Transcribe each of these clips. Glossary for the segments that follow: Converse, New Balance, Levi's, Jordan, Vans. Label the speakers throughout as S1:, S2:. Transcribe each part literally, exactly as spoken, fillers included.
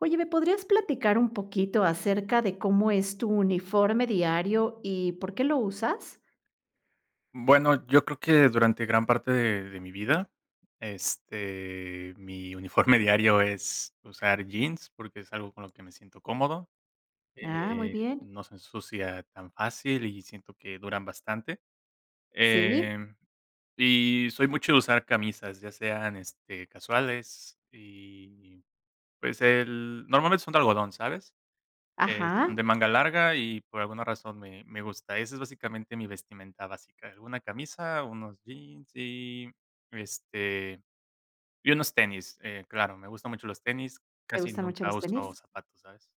S1: Oye, ¿me podrías platicar un poquito acerca de cómo es tu uniforme diario y por qué lo usas?
S2: Bueno, yo creo que durante gran parte de, de mi vida, este, mi uniforme diario es usar jeans porque es algo con lo que me siento cómodo,
S1: Ah, muy
S2: eh,
S1: bien.
S2: no se ensucia tan fácil y siento que duran bastante.
S1: Sí.
S2: Em, y soy mucho de usar camisas, ya sean este, casuales y pues el, normalmente son de algodón, ¿sabes? Eh, son
S1: Ajá.
S2: de manga larga y por alguna razón me me gusta. Esa es básicamente mi vestimenta básica, alguna camisa, unos jeans y, este, y unos tenis, eh, claro, me gustan mucho los tenis,
S1: ¿Me
S2: casi
S1: gustan mucho
S2: nunca
S1: los
S2: uso
S1: tenis?
S2: zapatos, ¿sabes?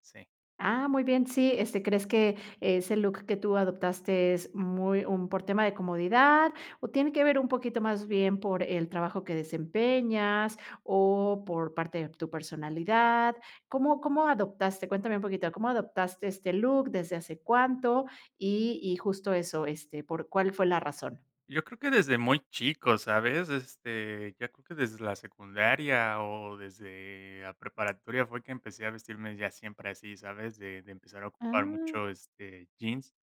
S2: Sí.
S1: Ah, muy bien, sí, este, ¿crees que ese look que tú adoptaste es muy un por tema de comodidad o tiene que ver un poquito más bien por el trabajo que desempeñas o por parte de tu personalidad? ¿Cómo cómo adoptaste? Cuéntame un poquito, ¿cómo adoptaste este look? ¿Desde hace cuánto? Y y justo eso, este, ¿por cuál fue la razón?
S2: Yo creo que desde muy chico, ¿sabes? Este, ya creo que desde la secundaria o desde la preparatoria fue que empecé a vestirme ya siempre así, ¿sabes? De de empezar a ocupar
S1: Ah,
S2: mucho, este, jeans.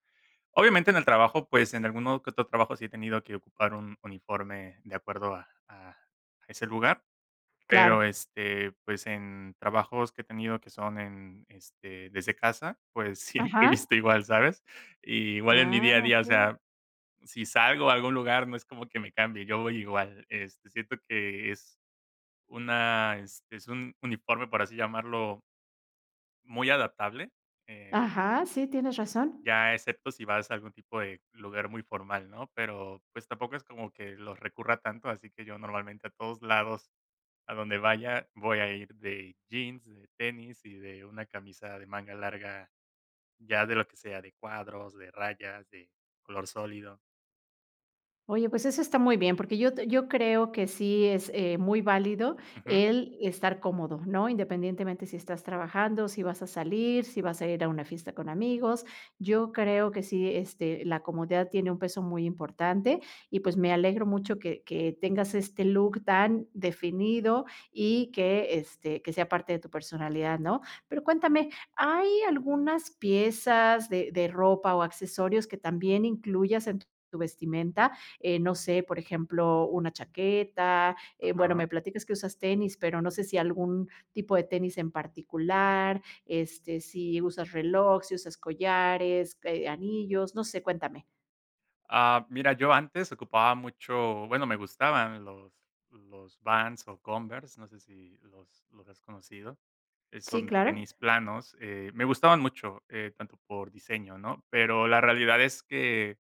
S2: Obviamente, en el trabajo, pues, en alguno que otro trabajo sí he tenido que ocupar un uniforme de acuerdo a a a ese lugar, pero,
S1: claro.
S2: este, pues, en trabajos que he tenido que son en, este, desde casa, pues, siempre he
S1: Ajá.
S2: visto igual, ¿sabes? Y igual en mi
S1: Ah,
S2: día a día, o
S1: okey.
S2: sea, si salgo a algún lugar, no es como que me cambie, yo voy igual. Este, siento que es una, este, es un uniforme, por así llamarlo, muy adaptable, eh
S1: Ajá, sí, tienes razón.
S2: ya, excepto si vas a algún tipo de lugar muy formal, ¿no? Pero, pues, tampoco es como que los recurra tanto, así que yo normalmente a todos lados a donde vaya voy a ir de jeans, de tenis y de una camisa de manga larga, ya de lo que sea, de cuadros, de rayas, de color sólido.
S1: Oye, pues eso está muy bien, porque yo t yo creo que sí es, eh, muy válido
S2: Ujú,
S1: el estar cómodo, ¿no? Independientemente si estás trabajando, si vas a salir, si vas a ir a una fiesta con amigos. Yo creo que sí, este, la comodidad tiene un peso muy importante y, pues, me alegro mucho que que tengas este look tan definido y que, este, que sea parte de tu personalidad, ¿no? Pero cuéntame, ¿hay algunas piezas de de ropa o accesorios que también incluyas en tu tu vestimenta? eh, no sé, por ejemplo, una chaqueta, eh, bueno, me
S2: ajá.
S1: platicas que usas tenis, pero no sé si algún tipo de tenis en particular, este, si usas reloj, si usas collares, eh, anillos, no sé, cuéntame.
S2: Ah, mira, yo antes ocupaba mucho, bueno, me gustaban los los Vans o Converse, no sé si los los has conocido. Eh,
S1: Sí,
S2: son
S1: claro.
S2: tenis planos, eh, me gustaban mucho, eh, tanto por diseño, ¿no? Pero la realidad es que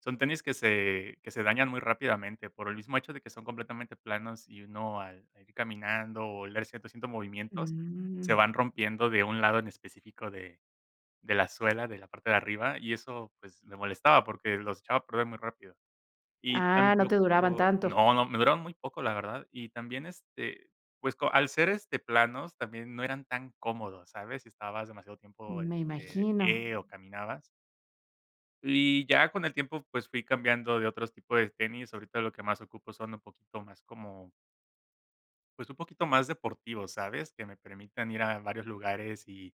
S2: son tenis que se que se dañan muy rápidamente por el mismo hecho de que son completamente planos y uno al al ir caminando o leer ciertos ciertos movimientos, se
S1: Mm.
S2: van rompiendo de un lado en específico de de la suela, de la parte de arriba, y eso, pues, me molestaba porque los echaba a perder muy rápido. Y
S1: Ah, no te duraban
S2: tampoco
S1: tanto.
S2: no, no, me duraron muy poco, la verdad. Y también, este, pues, co al ser, este, planos, también no eran tan cómodos, ¿sabes? Si estabas demasiado tiempo, este,
S1: Me
S2: de
S1: imagino.
S2: pie o caminabas. Y ya con el tiempo, pues, fui cambiando de otros tipos de tenis. Ahorita lo que más ocupo son un poquito más como, pues, un poquito más deportivos, ¿sabes? Que me permitan ir a varios lugares y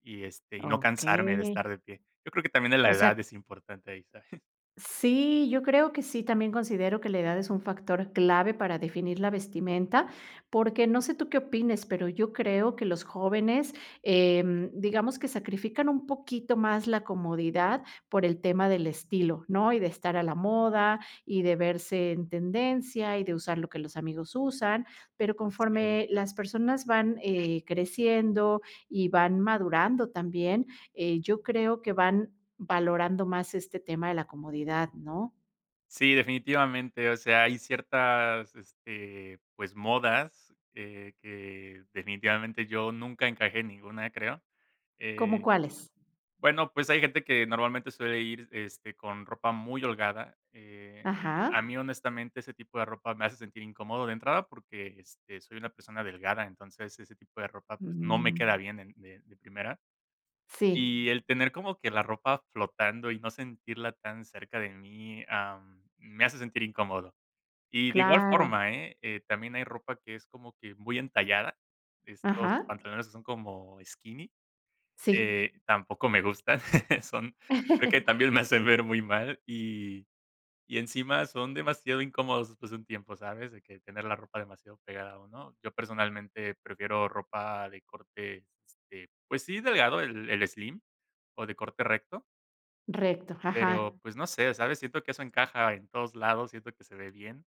S2: y, este, y no
S1: Ok.
S2: cansarme de estar de pie. Yo creo que también
S1: O
S2: la
S1: sea,
S2: edad es importante ahí, ¿sabes?
S1: sí, yo creo que sí, también considero que la edad es un factor clave para definir la vestimenta, porque no sé tú qué opines, pero yo creo que los jóvenes, em, digamos que sacrifican un poquito más la comodidad por el tema del estilo, ¿no? Y de estar a la moda y de verse en tendencia y de usar lo que los amigos usan, pero
S2: Sí.
S1: conforme las personas van eh, creciendo y van madurando también, eh, yo creo que van valorando más este tema de la comodidad, ¿no?
S2: Sí, definitivamente. O sea, hay ciertas, este, pues, modas, eh, que definitivamente yo nunca encajé en ninguna, creo.
S1: ¿Cómo
S2: Eh,
S1: cuáles?
S2: bueno, pues, hay gente que normalmente suele ir, este, con ropa muy holgada. Eh,
S1: Ajá.
S2: a mí, honestamente, ese tipo de ropa me hace sentir incómodo de entrada porque, este, soy una persona delgada, entonces ese tipo de ropa, pues, no me queda
S1: Mm,
S2: bien en de de primera.
S1: sí,
S2: Y el tener como que la ropa flotando y no sentirla tan cerca de mí, am, me hace sentir incómodo. Y de igual
S1: claro.
S2: forma, ¿eh? Eh, también hay ropa que es como que muy entallada. Estos
S1: Ajá,
S2: pantalones que son como skinny,
S1: sí.
S2: eh, tampoco me gustan. Son creo que también me hacen ver muy mal y y encima son demasiado incómodos después de un tiempo, ¿sabes? De que tener la ropa demasiado pegada a uno. Yo personalmente prefiero ropa de corte, este, pues sí, delgado, el el slim, o de corte recto,
S1: Recto, ajá.
S2: pero, pues, no sé, ¿sabes? Siento que eso encaja en todos lados, siento que se ve bien.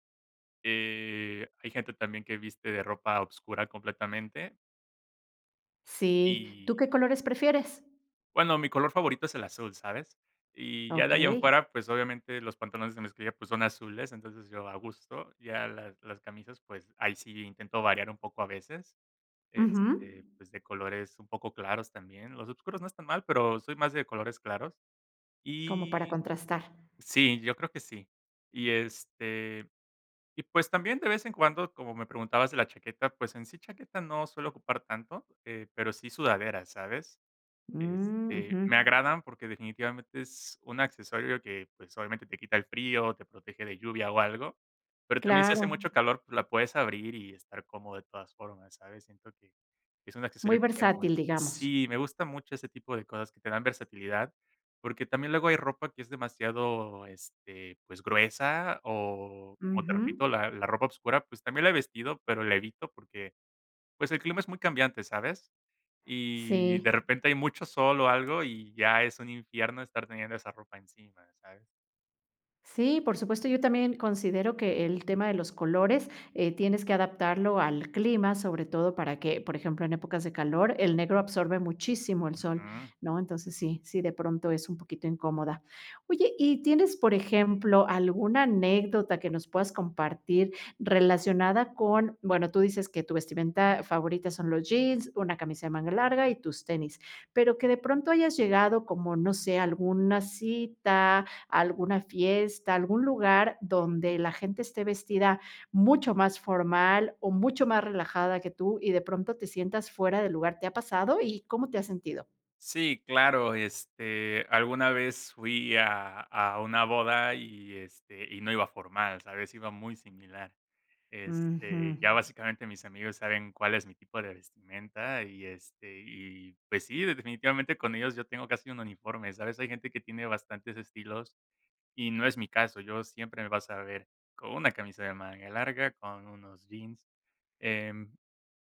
S2: Eh, hay gente también que viste de ropa obscura completamente
S1: Sí. ¿Tú
S2: y,
S1: qué colores prefieres?
S2: bueno, mi color favorito es el azul, ¿sabes? Y ya de ahí en
S1: Okey.
S2: fuera, pues, obviamente los pantalones de mezclilla, pues, son azules, entonces yo a gusto. Ya las las camisas, pues, ahí sí intento variar un poco a veces,
S1: Ujú.
S2: este, pues, de colores un poco claros también. Los oscuros no están mal, pero soy más de colores claros.
S1: Como para
S2: Y
S1: contrastar.
S2: sí, yo creo que sí. Y, este, y, pues, también de vez en cuando, como me preguntabas de la chaqueta, pues, en sí chaqueta no suelo ocupar tanto, eh, pero sí sudadera, ¿sabes?
S1: Mm,
S2: Este,
S1: ujú.
S2: me agradan porque definitivamente es un accesorio que, pues, obviamente te quita el frío, te protege de lluvia o algo, pero también si
S1: Claro,
S2: hace mucho calor, pues, la puedes abrir y estar cómodo de todas formas, ¿sabes? Siento que es un
S1: muy
S2: accesorio que queda muy
S1: versátil,
S2: bien.
S1: digamos.
S2: Sí, me gusta mucho ese tipo de cosas que te dan versatilidad, porque también luego hay ropa que es demasiado, este, pues, gruesa o, como te
S1: Ujú.
S2: repito, la la ropa oscura, pues, también la he vestido, pero la evito porque pues el clima es muy cambiante, ¿sabes? Y de
S1: Sí.
S2: repente hay mucho sol o algo y ya es un infierno estar teniendo esa ropa encima, ¿sabes?
S1: Sí, por supuesto, yo también considero que el tema de los colores eh, tienes que adaptarlo al clima, sobre todo para que, por ejemplo, en épocas de calor, el negro absorbe muchísimo el sol,
S2: Ujú.
S1: ¿no? Entonces sí, sí, de pronto es un poquito incómoda. Oye, ¿y tienes, por ejemplo, alguna anécdota que nos puedas compartir relacionada con, bueno, tú dices que tu vestimenta favorita son los jeans, una camisa de manga larga y tus tenis, pero que de pronto hayas llegado como, no sé, a alguna cita a alguna fiesta, a algún lugar donde la gente esté vestida mucho más formal o mucho más relajada que tú y de pronto te sientas fuera del lugar, ¿te ha pasado y cómo te has sentido?
S2: Sí, claro, este, alguna vez fui a a una boda y, este, y no iba formal, ¿sabes? Iba muy similar.
S1: Ujú.
S2: Este, ya básicamente mis amigos saben cuál es mi tipo de vestimenta y, este, y pues sí, definitivamente con ellos yo tengo casi un uniforme, ¿sabes? Hay gente que tiene bastantes estilos y no es mi caso, yo siempre me vas a ver con una camisa de manga larga, con unos jeans. Em,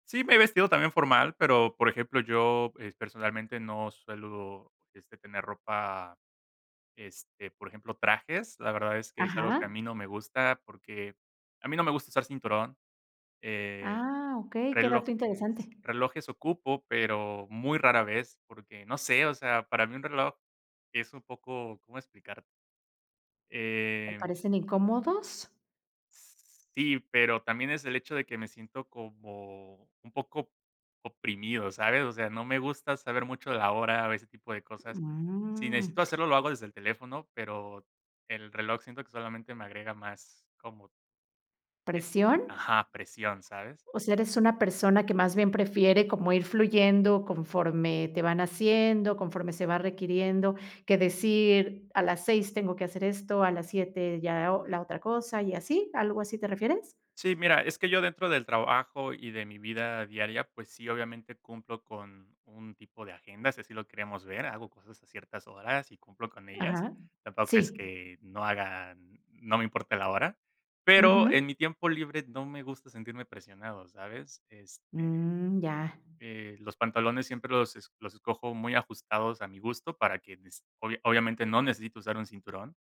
S2: sí, me he vestido también formal, pero, por ejemplo, yo, eh, personalmente no suelo, este, tener ropa, este, por ejemplo, trajes. La verdad es que es algo que a
S1: Ajá.
S2: mí no me gusta, porque a mí no me gusta usar cinturón, eh,
S1: Ah, okey, qué dato interesante.
S2: relojes relojes ocupo, pero muy rara vez, porque no sé, o sea, para mí un reloj es un poco, ¿cómo explicarte?
S1: ¿Te
S2: Em
S1: parecen incómodos?
S2: Sí, pero también es el hecho de que me siento como un poco oprimido, ¿sabes? O sea, no me gusta saber mucho la hora o ese tipo de cosas. Si
S1: Mm,
S2: necesito hacerlo, lo hago desde el teléfono, pero el reloj siento que solamente me agrega más como es
S1: ¿presión?
S2: ajá, presión, ¿sabes?
S1: O sea, eres una persona que más bien prefiere como ir fluyendo conforme te van haciendo, conforme se va requiriendo, que decir a las seis tengo que hacer esto, a las siete ya o la otra cosa y así, ¿algo así te refieres?
S2: Sí, mira, es que yo dentro del trabajo y de mi vida diaria, pues sí, obviamente cumplo con un tipo de agenda, si así lo queremos ver, hago cosas a ciertas horas y cumplo con ellas.
S1: Ajá.
S2: Tampoco es
S1: Sí.
S2: que no haga, no me importa la hora, pero
S1: Ujú.
S2: en mi tiempo libre no me gusta sentirme presionado, ¿sabes? Es-
S1: Mm, ya.
S2: eh, los pantalones siempre los, es- los escojo muy ajustados a mi gusto para que, des- obvia- obviamente no necesito usar un cinturón.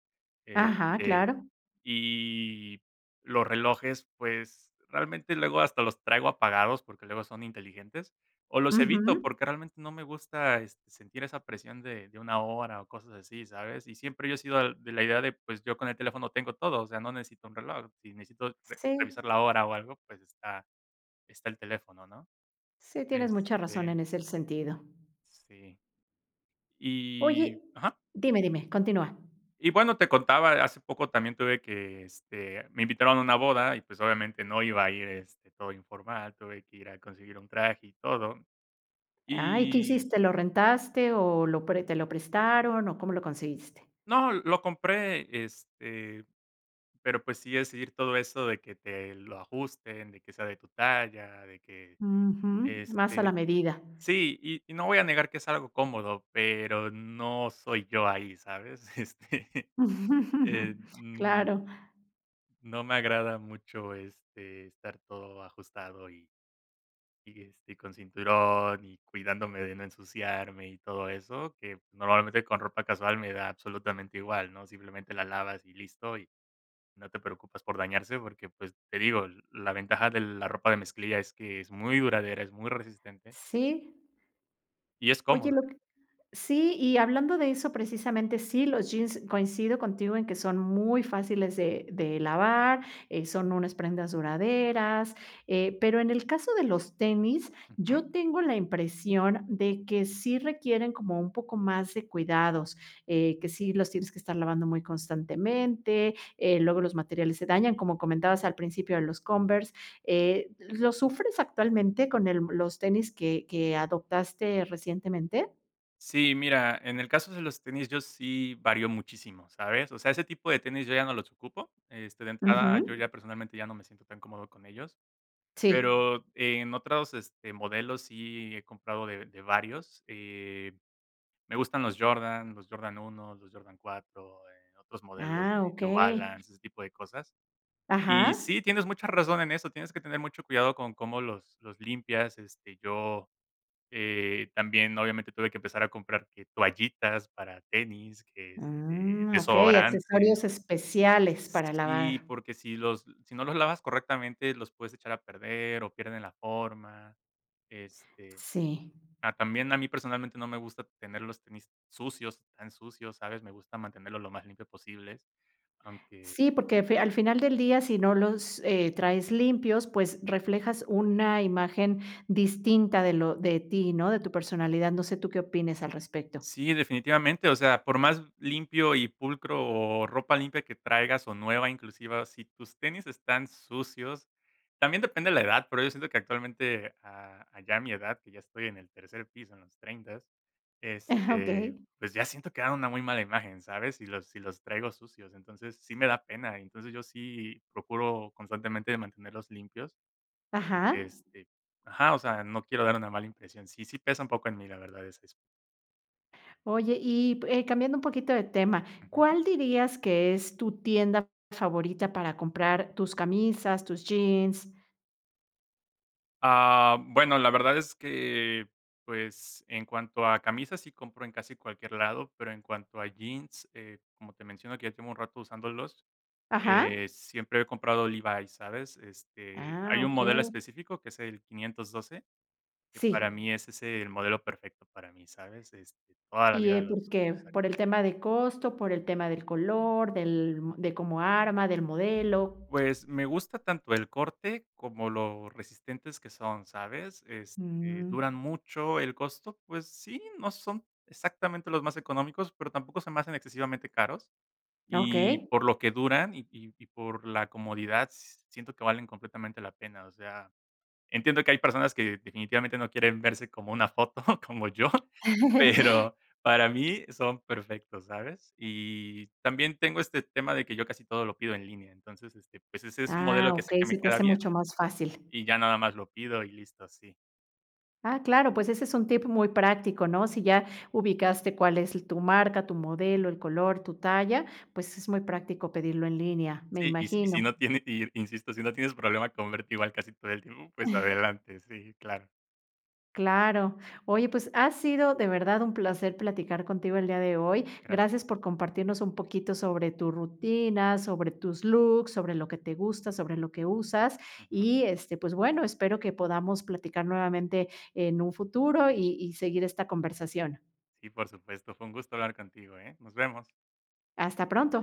S1: Ajá,
S2: Este,
S1: claro.
S2: y los relojes, pues, realmente luego hasta los traigo apagados, porque luego son inteligentes, o los evito,
S1: Ujú.
S2: porque realmente no me gusta, este, sentir esa presión de de una hora o cosas así, ¿sabes? Y siempre yo he sido al de la idea de, pues, yo con el teléfono tengo todo, o sea, no necesito un reloj. Si necesito re
S1: Sí,
S2: revisar la hora o algo, pues, está está el teléfono, ¿no?
S1: sí, tienes mucha razón
S2: Este,
S1: en ese sentido.
S2: sí.
S1: Oye,
S2: Y ajá.
S1: dime, dime, continúa.
S2: Y bueno, te contaba, hace poco también tuve que, este, me invitaron a una boda y, pues, obviamente no iba a ir, este, todo informal, tuve que ir a conseguir un traje y todo.
S1: Ay, ¿qué
S2: Y
S1: hiciste? ¿Lo rentaste o lo pre te lo prestaron o cómo lo conseguiste?
S2: no, lo compré, este, pero, pues, sí es ir todo eso de que te lo ajusten, de que sea de tu talla, de que,
S1: Ujú, más a la
S2: este
S1: medida.
S2: sí, y y no voy a negar que es algo cómodo, pero no soy yo ahí, ¿sabes? Este, eh, no
S1: Claro,
S2: no me agrada mucho, este, estar todo ajustado y Y, este, con cinturón y cuidándome de no ensuciarme y todo eso, que normalmente con ropa casual me da absolutamente igual, ¿no? Simplemente la lavas y listo, y no te preocupas por dañarse porque, pues, te digo, la ventaja de la ropa de mezclilla es que es muy duradera, es muy resistente
S1: sí.
S2: y es
S1: Oye,
S2: cómoda.
S1: lo Sí, y hablando de eso precisamente, sí, los jeans coincido contigo en que son muy fáciles de, de lavar, eh, son unas prendas duraderas, eh, pero en el caso de los tenis,
S2: Ujú.
S1: yo tengo la impresión de que sí requieren como un poco más de cuidados, eh, que sí los tienes que estar lavando muy constantemente, eh, luego los materiales se dañan, como comentabas al principio de los Converse. eh, ¿lo sufres actualmente con el- los tenis que, que adoptaste recientemente?
S2: Sí, mira, en el caso de los tenis, yo sí varío muchísimo, ¿sabes? O sea, ese tipo de tenis yo ya no los ocupo. Este, de entrada, yo
S1: Ujú,
S2: ya personalmente ya no me siento tan cómodo con ellos.
S1: sí.
S2: Pero eh, en otros, este, modelos sí he comprado de de varios, eh, me gustan los Jordan, los Jordan Uno, los Jordan Cuatro, eh, otros modelos
S1: Ah,
S2: de New
S1: okey.
S2: Balance, ese tipo de cosas. Y
S1: Ajá.
S2: sí, tienes mucha razón en eso, tienes que tener mucho cuidado con cómo los los limpias, este, yo, eh, también, obviamente, tuve que empezar a comprar que toallitas para tenis, que, este,
S1: Mm, okey,
S2: desodorante.
S1: accesorios especiales para
S2: Sí,
S1: lavar.
S2: porque si los si no los lavas correctamente, los puedes echar a perder o pierden la forma. Este,
S1: Sí.
S2: ah, también a mí personalmente no me gusta tener los tenis sucios, tan sucios, ¿sabes? Me gusta mantenerlos lo más limpios posibles, aunque
S1: Sí, porque fi al final del día, si no los, eh, traes limpios, pues reflejas una imagen distinta de lo de ti, ¿no? De tu personalidad. No sé tú qué opines al respecto.
S2: sí, definitivamente, o sea, por más limpio y pulcro o ropa limpia que traigas o nueva inclusive, si tus tenis están sucios, también depende de la edad, pero yo siento que actualmente a- allá a mi edad, que ya estoy en el tercer piso, en los treinta, este,
S1: Okey.
S2: pues ya siento que dan una muy mala imagen, ¿sabes? Si los, si los traigo sucios, entonces sí me da pena, entonces yo sí procuro constantemente mantenerlos limpios,
S1: Ajá.
S2: este, ajá, o sea, no quiero dar una mala impresión, sí, sí pesa un poco en mí, la verdad, es
S1: Oye, y, eh, cambiando un poquito de tema,
S2: eso.
S1: ¿cuál dirías que es tu tienda favorita para comprar tus camisas, tus jeans?
S2: Ah, bueno, la verdad es que, pues, en cuanto a camisas, sí compro en casi cualquier lado, pero en cuanto a jeans, eh, como te menciono que ya tengo un rato usándolos,
S1: Ajá.
S2: eh, siempre he comprado Levi's, ¿sabes? Este,
S1: Ah,
S2: hay un modelo
S1: okey.
S2: específico que es el quinientos doce, que
S1: Sí.
S2: para mí es ese el modelo perfecto para mí, ¿sabes? Este, toda la
S1: ¿Y,
S2: vida
S1: eh, por
S2: los
S1: qué?
S2: los usaré.
S1: ¿Por el tema de costo, por el tema del color, del mo- de cómo arma, del modelo?
S2: Pues, me gusta tanto el corte como lo resistentes que son, ¿sabes? Este,
S1: Mm,
S2: duran mucho, el costo, pues sí, no son exactamente los más económicos, pero tampoco se me hacen excesivamente caros. Y
S1: okey.
S2: por lo que duran y y y por la comodidad, s- siento que valen completamente la pena, o sea, entiendo que hay personas que definitivamente no quieren verse como una foto, como yo, pero para mí son perfectos, ¿sabes? Y también tengo este tema de que yo casi todo lo pido en línea, entonces, este, pues, ese es un modelo
S1: Ah,
S2: que sé
S1: okey,
S2: que me
S1: se te
S2: queda
S1: hace
S2: bien
S1: mucho más fácil.
S2: y ya nada más lo pido y listo, sí.
S1: Ah, claro, pues ese es un tip muy práctico, ¿no? Si ya ubicaste cuál es tu marca, tu modelo, el color, tu talla, pues es muy práctico pedirlo en línea, me
S2: Sí, y si y si
S1: imagino.
S2: no tiene y insisto, si no tienes problema con verte igual casi todo el tiempo, pues adelante, sí, claro.
S1: Claro. Oye, pues ha sido de verdad un placer platicar contigo el día de hoy. Gracias
S2: Gracias.
S1: por compartirnos un poquito sobre tu rutina, sobre tus looks, sobre lo que te gusta, sobre lo que usas.
S2: Ujú.
S1: Y este, pues bueno, espero que podamos platicar nuevamente en un futuro y, y seguir esta conversación.
S2: Sí, por supuesto, fue un gusto hablar contigo, ¿eh? Nos vemos.
S1: Hasta pronto.